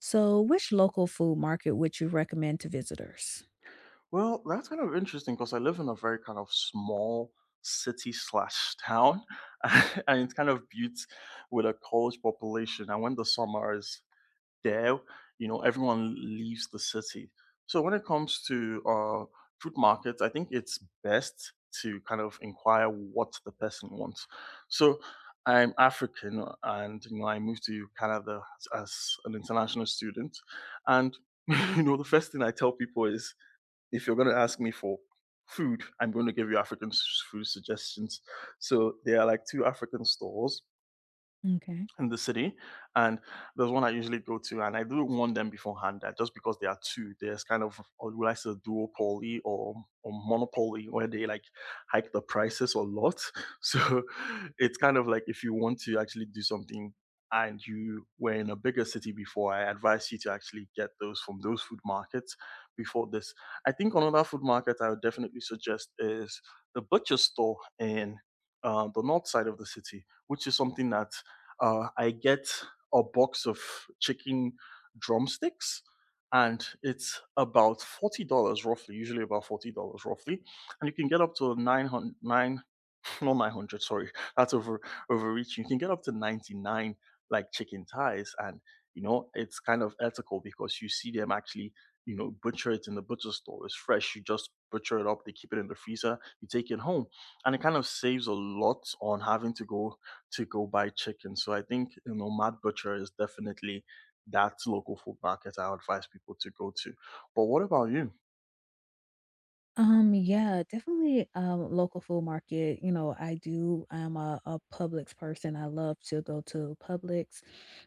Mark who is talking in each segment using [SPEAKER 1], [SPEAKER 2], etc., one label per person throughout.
[SPEAKER 1] So, which local food market would you recommend to visitors?
[SPEAKER 2] Well, that's kind of interesting because I live in a very kind of small city slash town, and it's kind of built with a college population. And when the summer is there, everyone leaves the city. So when it comes to fruit markets, I think it's best to kind of inquire what the person wants. So I'm African, and I moved to Canada as an international student, and the first thing I tell people is if you're going to ask me for food, I'm going to give you African food suggestions. So there are like 2 African stores
[SPEAKER 1] Okay.
[SPEAKER 2] in the city, and there's one I usually go to, and I do warn them beforehand that just because there are two, there's kind of, or would I say duopoly, or monopoly where they like hike the prices a lot. So it's kind of like, if you want to actually do something and you were in a bigger city before, I advise you to actually get those from those food markets before this. I think another food market I would definitely suggest is the butcher store in the north side of the city, which is something that, I get a box of chicken drumsticks and it's about $40 roughly, usually about $40 roughly. And you can get up to 909, not 900, sorry, that's over overreaching you can get up to 99 like chicken thighs. And it's kind of ethical because you see them actually, butcher it in the butcher store. It's fresh, you just butcher it up, they keep it in the freezer, you take it home. And it kind of saves a lot on having to go buy chicken. So I think, Mad Butcher is definitely that local food market I advise people to go to. But what about you?
[SPEAKER 1] Yeah, definitely, local food market. I'm a Publix person. I love to go to Publix,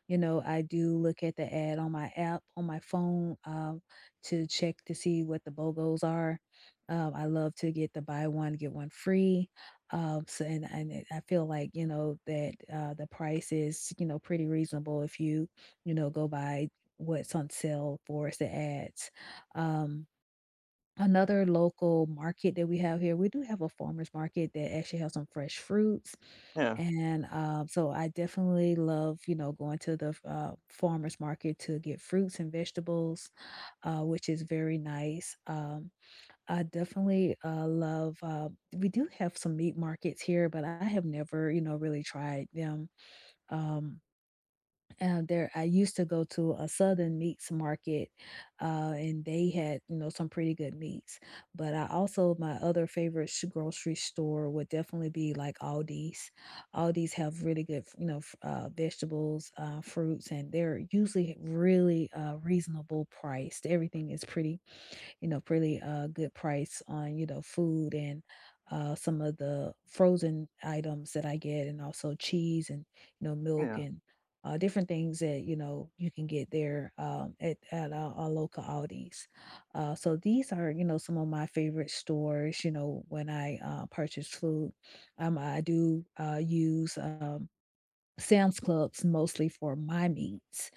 [SPEAKER 1] you know, I do look at the ad on my app, on my phone, to check to see what the BOGOs are. I love to get the buy one, get one free. And it I feel like, that, the price is, pretty reasonable if you go by what's on sale for us the ads, um Another local market that we have here, we do have a farmer's market that actually has some fresh fruits,
[SPEAKER 2] yeah
[SPEAKER 1] and, so I definitely love, going to the farmer's market to get fruits and vegetables, which is very nice. I definitely, love, we do have some meat markets here, but I have never, really tried them. Um I used to go to a Southern meats market, and they had, some pretty good meats. But I also my other favorite grocery store would definitely be like Aldi's. Aldi's have really good, vegetables, fruits, and they're usually really reasonable priced. Everything is pretty you know, really good price on, food and some of the frozen items that I get, and also cheese and, milk
[SPEAKER 2] yeah
[SPEAKER 1] and different things that, you can get there at our local Aldi's. So these are, some of my favorite stores, when I purchase food. I do use Sam's Clubs mostly for my needs,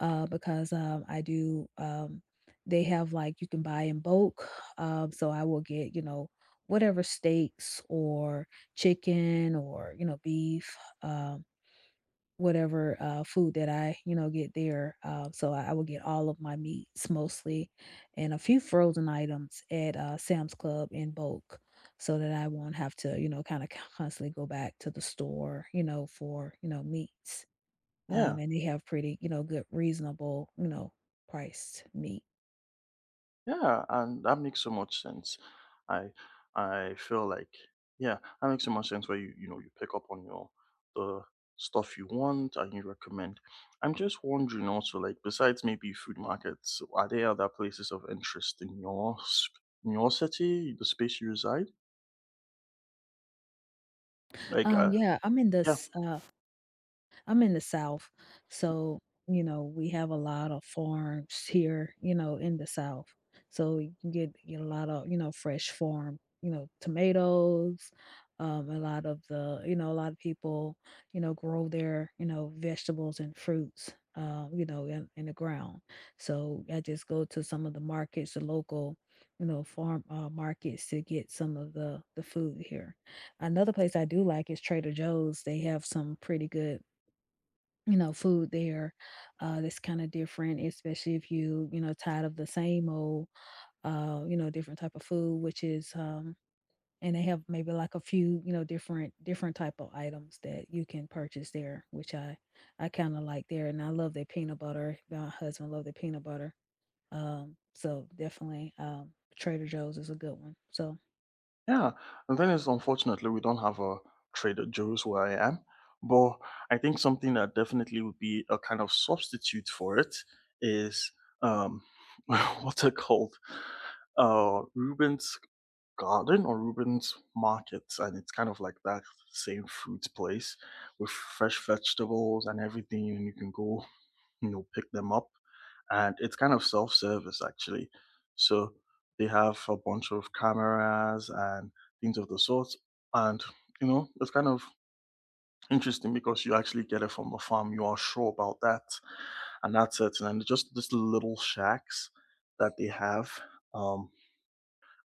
[SPEAKER 1] because they have, like you can buy in bulk, so I will get, whatever steaks or chicken or, um, whatever, food that I, get there, so I will get all of my meats mostly and a few frozen items at, Sam's Club in bulk so that I won't have to, kinda constantly go back to the store, for, meats.
[SPEAKER 2] yeah
[SPEAKER 1] And they have pretty, good reasonable, priced meat.
[SPEAKER 2] Yeah, and that makes so much sense. I I feel like, yeah, that makes so much sense, where you pick up on your the stuff you want and you recommend. I'm just wondering also, like besides maybe food markets, are there other places of interest in in your city, the space you reside? Like
[SPEAKER 1] Um, yeah, I'm in
[SPEAKER 2] yeah.
[SPEAKER 1] this, uh I'm in the South, so, we have a lot of farms here, in the South. So you can get a lot of, fresh farm, tomatoes, a lot of the a lot of people, grow their, vegetables and fruits, in the ground. So I just go to some of the markets, the local, farm markets to get some of the food here. Another place I do like is Trader Joe's. They have some pretty good food there, that's kinda different, especially if you, tired of the same old, you know, different type of food, which is, and they have maybe like a few, different type of items that you can purchase there, which I kinda like there, and I love their peanut butter. My husband love their peanut butter. So definitely, Trader Joe's is a good one, so.
[SPEAKER 2] Yeah, and then it's unfortunately, we don't have a Trader Joe's where I am, but I think something that definitely would be a kind of substitute for it is um, what's it called? Ruben's Garden or Ruben's Market, and it's kind of like that same fruit place with fresh vegetables and everything, and you can go, pick them up, and it's kind of self-service actually. So they have a bunch of cameras and things of the sort, and you know it's kind of interesting because you actually get it from the farm. You are sure about that, and that's it. And then just these little shacks that they have, um,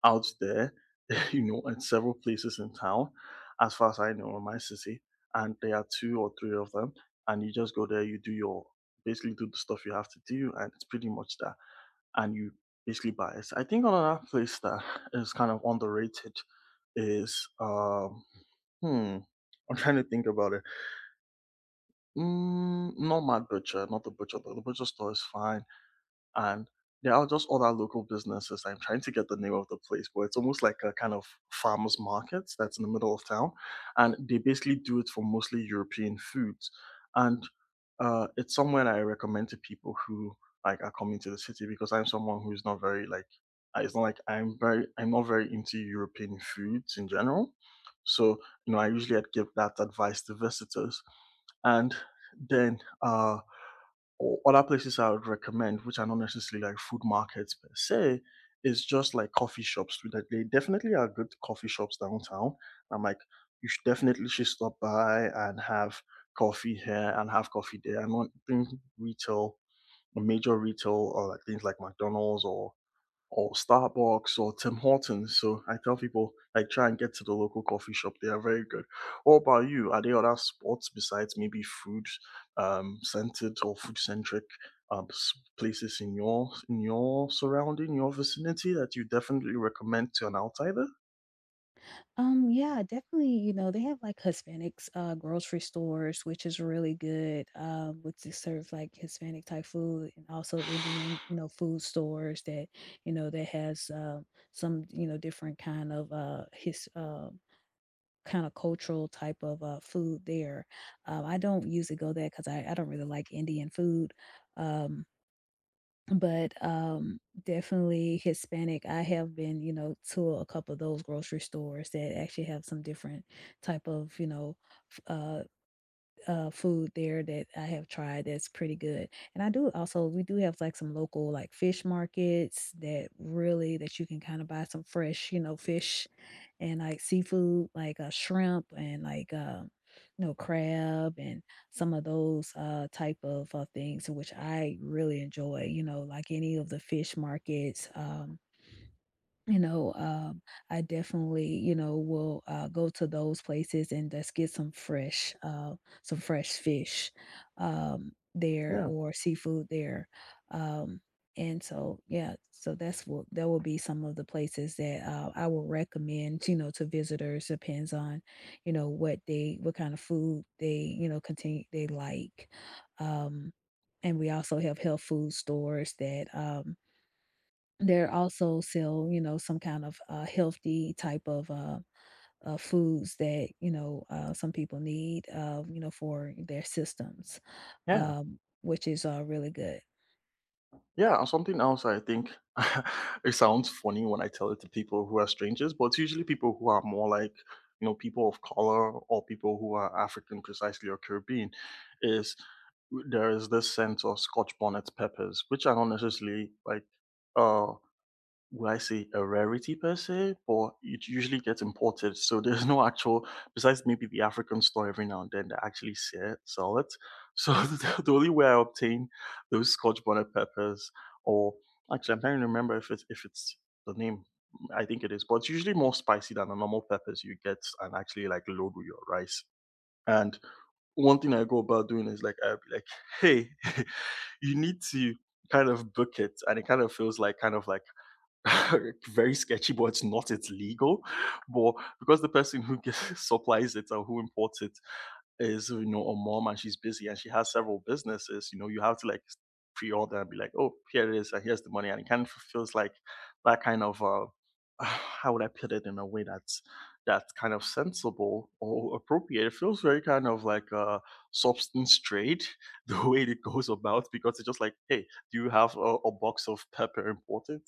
[SPEAKER 2] out there, you know, in several places in town, as far as I know, in my city, and there are 2 or 3 of them. And you just go there, you do your, basically do the stuff you have to do, and it's pretty much that, and you basically buy it. I think another place that is kind of underrated is hmm, I'm trying to think about it. Mm, not Mad Butcher, not the butcher though. The butcher store is fine. And there are just other local businesses. I'm trying to get the name of the place, but it's almost like a kind of farmers market that's in the middle of town. And they basically do it for mostly European foods. And it's somewhere that I recommend to people who like are coming to the city, because I'm someone who's not very like, it's not like I'm not very into European foods in general. So, I usually, I'd give that advice to visitors. And then other places I would recommend, which are not necessarily like food markets per se, is just like coffee shops too. That they definitely are good coffee shops downtown. I'm like, you should stop by and have coffee here and have coffee there. I'm not doing retail, major retail, or like things like McDonald's or Starbucks or Tim Hortons. So I tell people like try and get to the local coffee shop. They are very good. What about you? Are there other spots besides maybe food centered or food centric um, s- places in your surrounding, your vicinity, that you definitely recommend to an outsider?
[SPEAKER 1] Yeah, definitely, they have like Hispanics grocery stores, which is really good. Which they serve like Hispanic type food and also Indian, food stores that, that has some, different kind of his kind of cultural type of food there. I don't usually go there because I don't really like Indian food. Um but definitely Hispanic, I have been, to a couple of those grocery stores that actually have some different type of, you know, f food there that I have tried that's pretty good. And I do also we do have like some local like fish markets that really that you can kind of buy some fresh, fish and like seafood, like shrimp and like you know crab and some of those type of things, which I really enjoy. You know, like any of the fish markets. You know, um, I definitely, will, go to those places and just get some fresh, some fresh fish, there
[SPEAKER 2] Yeah,
[SPEAKER 1] or seafood there. Um, and so, yeah, so that's what that will be some of the places that I will recommend, to visitors. Depends on, what they, what kind of food they, continue they like. Um, and we also have health food stores that they're also sell, some kind of, healthy type of, foods that, some people need, you know, for their systems,
[SPEAKER 2] yeah.
[SPEAKER 1] which is, really good.
[SPEAKER 2] Yeah, and something else I think it sounds funny when I tell it to people who are strangers, but it's usually people who are more like, you know, people of color or people who are African precisely or Caribbean, is there is this sense of Scotch bonnet peppers, which are not necessarily like uh would I say a rarity per se, but it usually gets imported. So there's no actual, besides maybe the African store every now and then that actually sell it. So the only way I obtain those Scotch bonnet peppers, or actually I'm trying to remember if it's the name. I think it is, but it's usually more spicy than the normal peppers you get and actually like load with your rice. And one thing I go about doing is like I'll be like, hey, you need to kind of book it, and it kind of feels like very sketchy, but it's not, it's legal. But because the person who g supplies it or who imports it is, you know, a mom, and she's busy and she has several businesses, you know, you have to like pre-order and be like, oh, here it is, and here's the money. And it kind of feels like that kind of how would I put it in a way that's kind of sensible or appropriate. It feels very kind of like a substance trade. The way it goes about, because it's just like, hey, do you have a box of pepper important?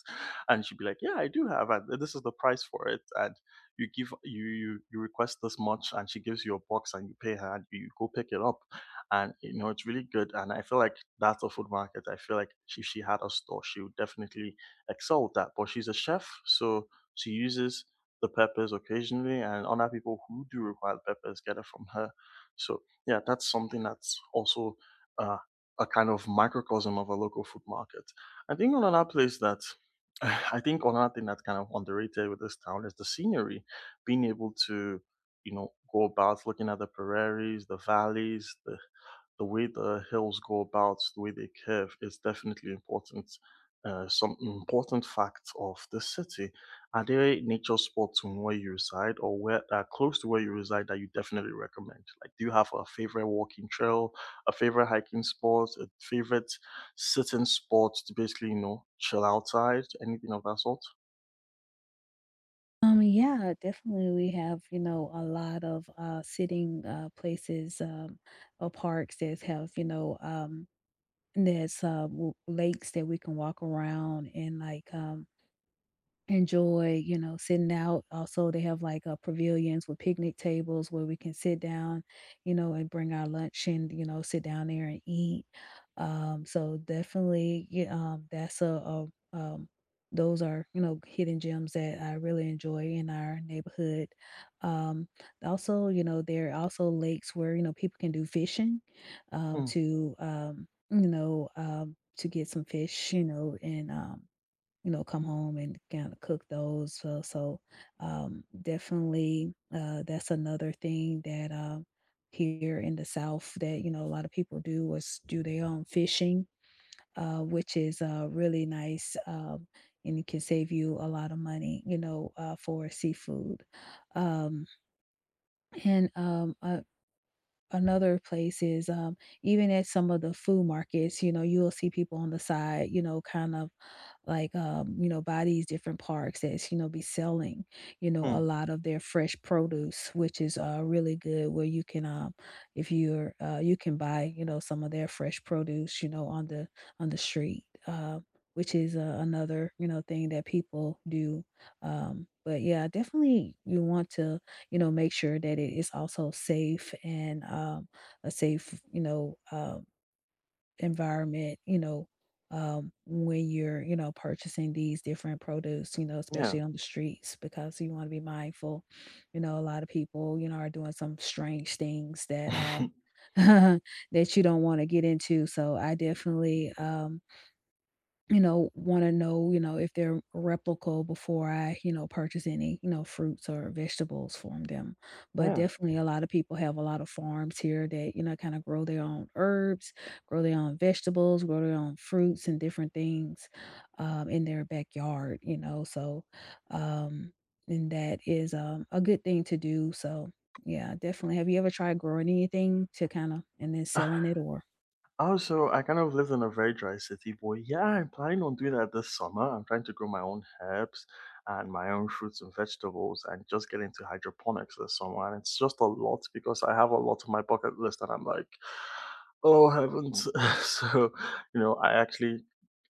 [SPEAKER 2] And she'd be like, yeah, I do have, and this is the price for it. And you give you you you request this much, and she gives you a box, and you pay her and you go pick it up. And you know it's really good, and I feel like that's a food market. I feel like if she had a store, she would definitely excel at that. But she's a chef, so she uses the peppers occasionally, and other people who do require peppers get it from her. So yeah, that's something that's also, uh, a kind of microcosm of a local food market. I think another place that I think another thing that's kind of underrated with this town is the scenery, being able to, you know, go about looking at the prairies, the valleys, the way the hills go about, the way they curve, is definitely important. Some important facts of the city. Are there nature spots in where you reside, or where close to where you reside, that you definitely recommend? Like, do you have a favorite walking trail, a favorite hiking spot, a favorite sitting spot to basically, you know, chill outside, anything of that sort?
[SPEAKER 1] Yeah, definitely we have, a lot of, sitting, places, or parks that have, there's, w lakes that we can walk around and, like, enjoy, sitting out. Also, they have like pavilions with picnic tables where we can sit down, and bring our lunch and, sit down there and eat. So definitely, yeah, that's a um, those are, hidden gems that I really enjoy in our neighborhood. Um, Also, you know, there are also lakes where, people can do fishing,
[SPEAKER 2] Mm,
[SPEAKER 1] to get some fish, you know, and, you know, come home and kind of cook those. So definitely that's another thing that here in the South that, a lot of people do is do their own fishing, which is really nice and it can save you a lot of money, for seafood. Um, and another place is even at some of the food markets, you'll see people on the side, kind of like you know by these different parks that's you know be selling you know a
[SPEAKER 2] mm,
[SPEAKER 1] lot of their fresh produce which is really good where you can if you're you can buy you know some of their fresh produce you know on the street, which is another you know thing that people do but yeah definitely you want to you know make sure that it is also safe and a safe you know environment, you know, when you're, purchasing these different produce,
[SPEAKER 2] yeah.
[SPEAKER 1] especially on the streets, because you want to be mindful. You know, a lot of people, are doing some strange things that that you don't want to get into. So I definitely you know, wanna know, if they're replicable before I, purchase any, fruits or vegetables from them. But
[SPEAKER 2] Yeah.
[SPEAKER 1] definitely a lot of people have a lot of farms here that, kind of grow their own herbs, grow their own vegetables, grow their own fruits and different things in their backyard, you know. So um and that is a good thing to do. So yeah, definitely. Have you ever tried growing anything to kind of and then selling it or
[SPEAKER 2] Also, I kind of live in a very dry city, boy. Yeah, I'm planning on doing that this summer. I'm trying to grow my own herbs and my own fruits and vegetables, and just get into hydroponics this summer. And it's just a lot because I have a lot on my bucket list and I'm like, oh heavens! So, you know, I actually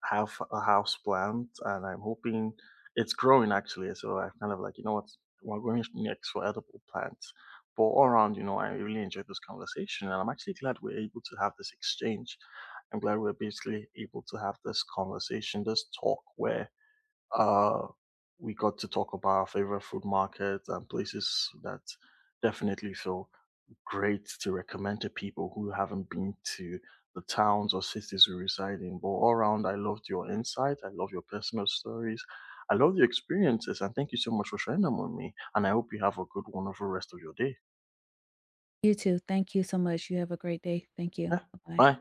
[SPEAKER 2] have a house plant, and I'm hoping it's growing actually. So I'm kind of like, you know what, we're going next for edible plants. But all around, you know, I really enjoyed this conversation, and I'm actually glad we're able to have this exchange. I'm glad we're basically able to have this conversation, this talk where, uh, we got to talk about our favorite food markets and places that definitely fill great to recommend to people who haven't been to the towns or cities we reside in. But all around, I loved your insight. I love your personal stories. I love your experiences. And thank you so much for sharing them with me. And I hope you have a good, wonderful rest of your day.
[SPEAKER 1] you too. Thank you so much. You have a great day. Thank you.
[SPEAKER 2] Yeah.
[SPEAKER 1] Bye bye.
[SPEAKER 2] Bye.